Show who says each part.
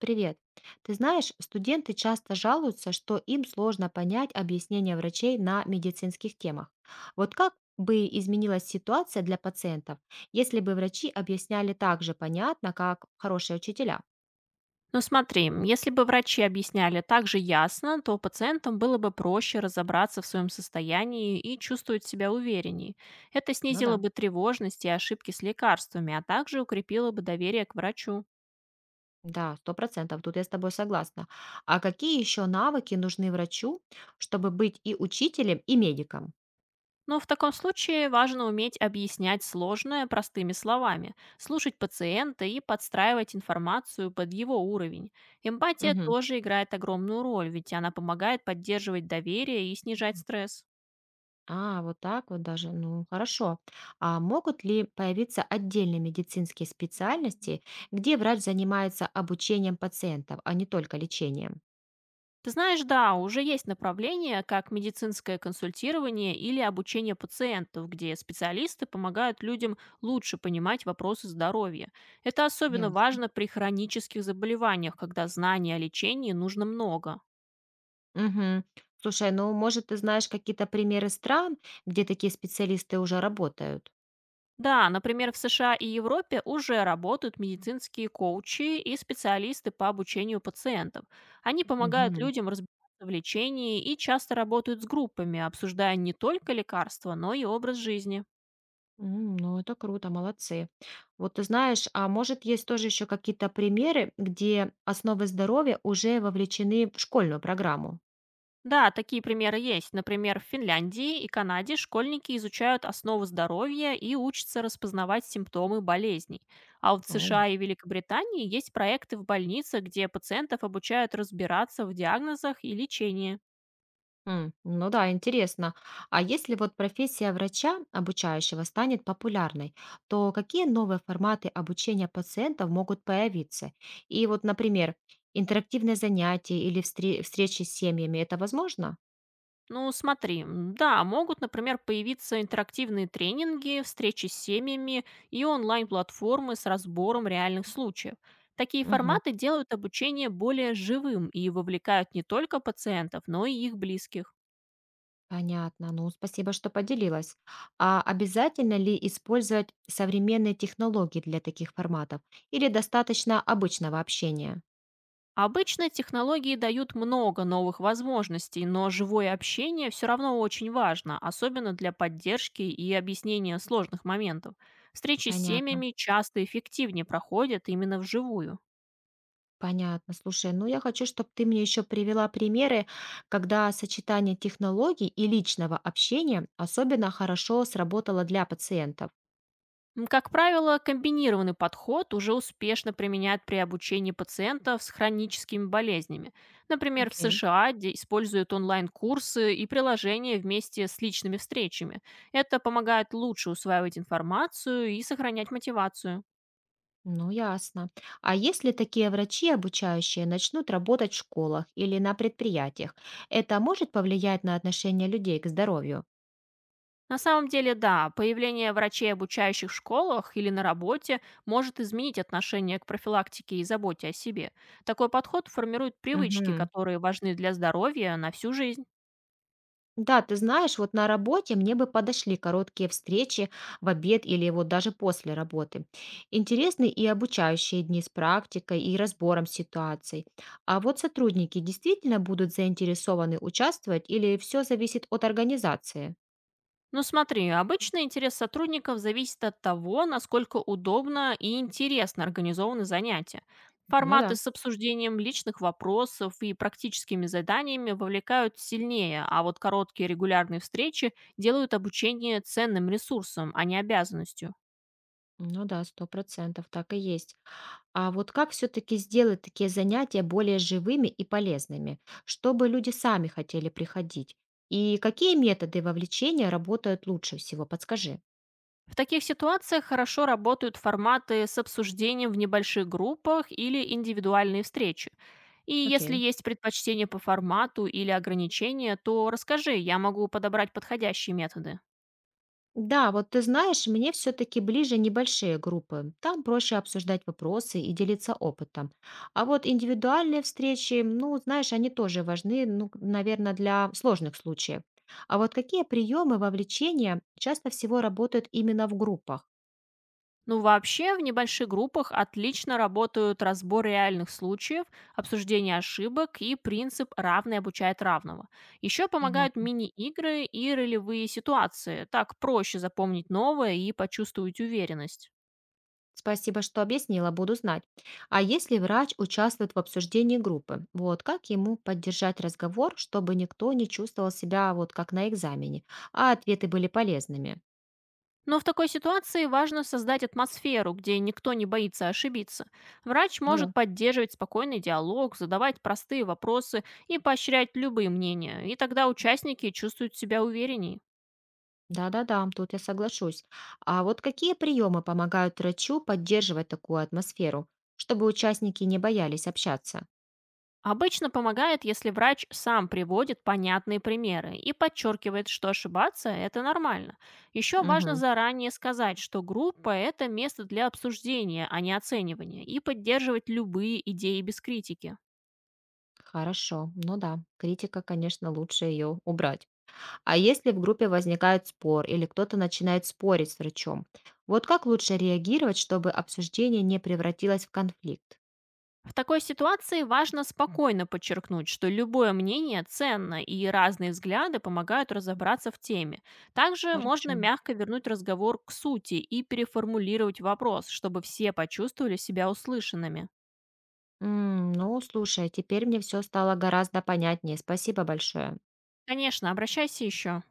Speaker 1: Привет. Ты знаешь, студенты часто жалуются, что им сложно понять объяснения врачей на медицинских темах. Вот как бы изменилась ситуация для пациентов, если бы врачи объясняли так же понятно, как хорошие учителя?
Speaker 2: Ну смотри, если бы врачи объясняли так же ясно, то пациентам было бы проще разобраться в своем состоянии и чувствовать себя увереннее. Это
Speaker 1: Ну
Speaker 2: снизило
Speaker 1: да.
Speaker 2: бы тревожность и ошибки с лекарствами, а также укрепило бы доверие к врачу.
Speaker 1: Да, 100%, тут я с тобой согласна. А какие еще навыки нужны врачу, чтобы быть и учителем, и медиком?
Speaker 2: Но в таком случае важно уметь объяснять сложное простыми словами, слушать пациента и подстраивать информацию под его уровень. Эмпатия тоже играет огромную роль, ведь она помогает поддерживать доверие и снижать стресс.
Speaker 1: А, вот так вот даже. Ну, хорошо. А могут ли появиться отдельные медицинские специальности, где врач занимается обучением пациентов, а не только лечением?
Speaker 2: Ты знаешь, да, уже есть направления, как медицинское консультирование или обучение пациентов, где специалисты помогают людям лучше понимать вопросы здоровья. Это особенно
Speaker 1: Ясно.
Speaker 2: важно при хронических заболеваниях, когда знаний о лечении нужно много.
Speaker 1: Мгм. Слушай, ну, может, ты знаешь какие-то примеры стран, где такие специалисты уже работают?
Speaker 2: Да, например, в США и Европе уже работают медицинские коучи и специалисты по обучению пациентов. Они помогают
Speaker 1: Мгм.
Speaker 2: людям разбираться в лечении и часто работают с группами, обсуждая не только лекарства, но и образ жизни.
Speaker 1: Ну, это круто, молодцы. Вот ты знаешь, а может, есть тоже еще какие-то примеры, где основы здоровья уже вовлечены в школьную программу?
Speaker 2: Да, такие примеры есть. Например, в Финляндии и Канаде школьники изучают основы здоровья и учатся распознавать симптомы болезней. А вот в США и Великобритании есть проекты в больницах, где пациентов обучают разбираться в диагнозах и лечении.
Speaker 1: Ну да, интересно. А если вот профессия врача обучающего станет популярной, то какие новые форматы обучения пациентов могут появиться? И вот, например, интерактивные занятия или встречи с семьями, это возможно?
Speaker 2: Ну, смотри, да, могут, например, появиться интерактивные тренинги, встречи с семьями и онлайн-платформы с разбором реальных случаев. Такие
Speaker 1: Мгм.
Speaker 2: форматы делают обучение более живым и вовлекают не только пациентов, но и их близких.
Speaker 1: Понятно. Ну, спасибо, что поделилась. А обязательно ли использовать современные технологии для таких форматов? Или достаточно обычного общения?
Speaker 2: Обычно технологии дают много новых возможностей, но живое общение все равно очень важно, особенно для поддержки и объяснения сложных моментов. Встречи с
Speaker 1: Понятно.
Speaker 2: семьями часто эффективнее проходят именно вживую.
Speaker 1: Понятно. Слушай, ну я хочу, чтобы ты мне еще привела примеры, когда сочетание технологий и личного общения особенно хорошо сработало для пациентов.
Speaker 2: Как правило, комбинированный подход уже успешно применяют при обучении пациентов с хроническими болезнями. Например, в
Speaker 1: Окей.
Speaker 2: США используют онлайн-курсы и приложения вместе с личными встречами. Это помогает лучше усваивать информацию и сохранять мотивацию.
Speaker 1: Ну, ясно. А если такие врачи обучающие начнут работать в школах или на предприятиях, это может повлиять на отношение людей к здоровью?
Speaker 2: На самом деле, да, появление врачей, обучающих в школах или на работе, может изменить отношение к профилактике и заботе о себе. Такой подход формирует привычки,
Speaker 1: Мгм.
Speaker 2: которые важны для здоровья на всю жизнь.
Speaker 1: Да, ты знаешь, вот на работе мне бы подошли короткие встречи в обед или вот даже после работы. Интересны и обучающие дни с практикой и разбором ситуаций. А вот сотрудники действительно будут заинтересованы участвовать или все зависит от организации?
Speaker 2: Но смотри, обычно интерес сотрудников зависит от того, насколько удобно и интересно организованы занятия.
Speaker 1: Ну
Speaker 2: Форматы
Speaker 1: да,
Speaker 2: с обсуждением личных вопросов и практическими заданиями вовлекают сильнее, а вот короткие регулярные встречи делают обучение ценным ресурсом, а не обязанностью.
Speaker 1: ну да, 100% так и есть. А вот как все-таки сделать такие занятия более живыми и полезными, чтобы люди сами хотели приходить? И какие методы вовлечения работают лучше всего? Подскажи.
Speaker 2: В таких ситуациях хорошо работают форматы с обсуждением в небольших группах или индивидуальные встречи. И если
Speaker 1: Окей.
Speaker 2: есть предпочтение по формату или ограничения, то расскажи, я могу подобрать подходящие методы.
Speaker 1: Да, вот ты знаешь, мне все-таки ближе небольшие группы. Там проще обсуждать вопросы и делиться опытом. А вот индивидуальные встречи, ну, знаешь, они тоже важны, ну, наверное, для сложных случаев. А вот какие приемы вовлечения часто всего работают именно в группах?
Speaker 2: Ну вообще, в небольших группах отлично работают разбор реальных случаев, обсуждение ошибок и принцип «равный обучает равного». Еще помогают
Speaker 1: Понятно.
Speaker 2: мини-игры и ролевые ситуации, так проще запомнить новое и почувствовать уверенность.
Speaker 1: Спасибо, что объяснила, буду знать. А если врач участвует в обсуждении группы, вот как ему поддержать разговор, чтобы никто не чувствовал себя вот как на экзамене, а ответы были полезными?
Speaker 2: Но в такой ситуации важно создать атмосферу, где никто не боится ошибиться. Врач
Speaker 1: Ну
Speaker 2: может
Speaker 1: да.
Speaker 2: поддерживать спокойный диалог, задавать простые вопросы и поощрять любые мнения, и тогда участники чувствуют себя увереннее.
Speaker 1: Да-да-да, тут я соглашусь. А вот какие приемы помогают врачу поддерживать такую атмосферу, чтобы участники не боялись общаться?
Speaker 2: Обычно помогает, если врач сам приводит понятные примеры и подчеркивает, что ошибаться– это нормально. Еще важно
Speaker 1: Мгм.
Speaker 2: заранее сказать, что группа– это место для обсуждения, а не оценивания, и поддерживать любые идеи без критики.
Speaker 1: Хорошо. Ну да, критика, конечно, лучше ее убрать. А если в группе возникает спор или кто-то начинает спорить с врачом, вот как лучше реагировать, чтобы обсуждение не превратилось в конфликт?
Speaker 2: В такой ситуации важно спокойно подчеркнуть, что любое мнение ценно и разные взгляды помогают разобраться в теме. Также можно
Speaker 1: Хорошо.
Speaker 2: мягко вернуть разговор к сути и переформулировать вопрос, чтобы все почувствовали себя услышанными.
Speaker 1: Ну, слушай, теперь мне все стало гораздо понятнее. Спасибо большое.
Speaker 2: Конечно, обращайся еще.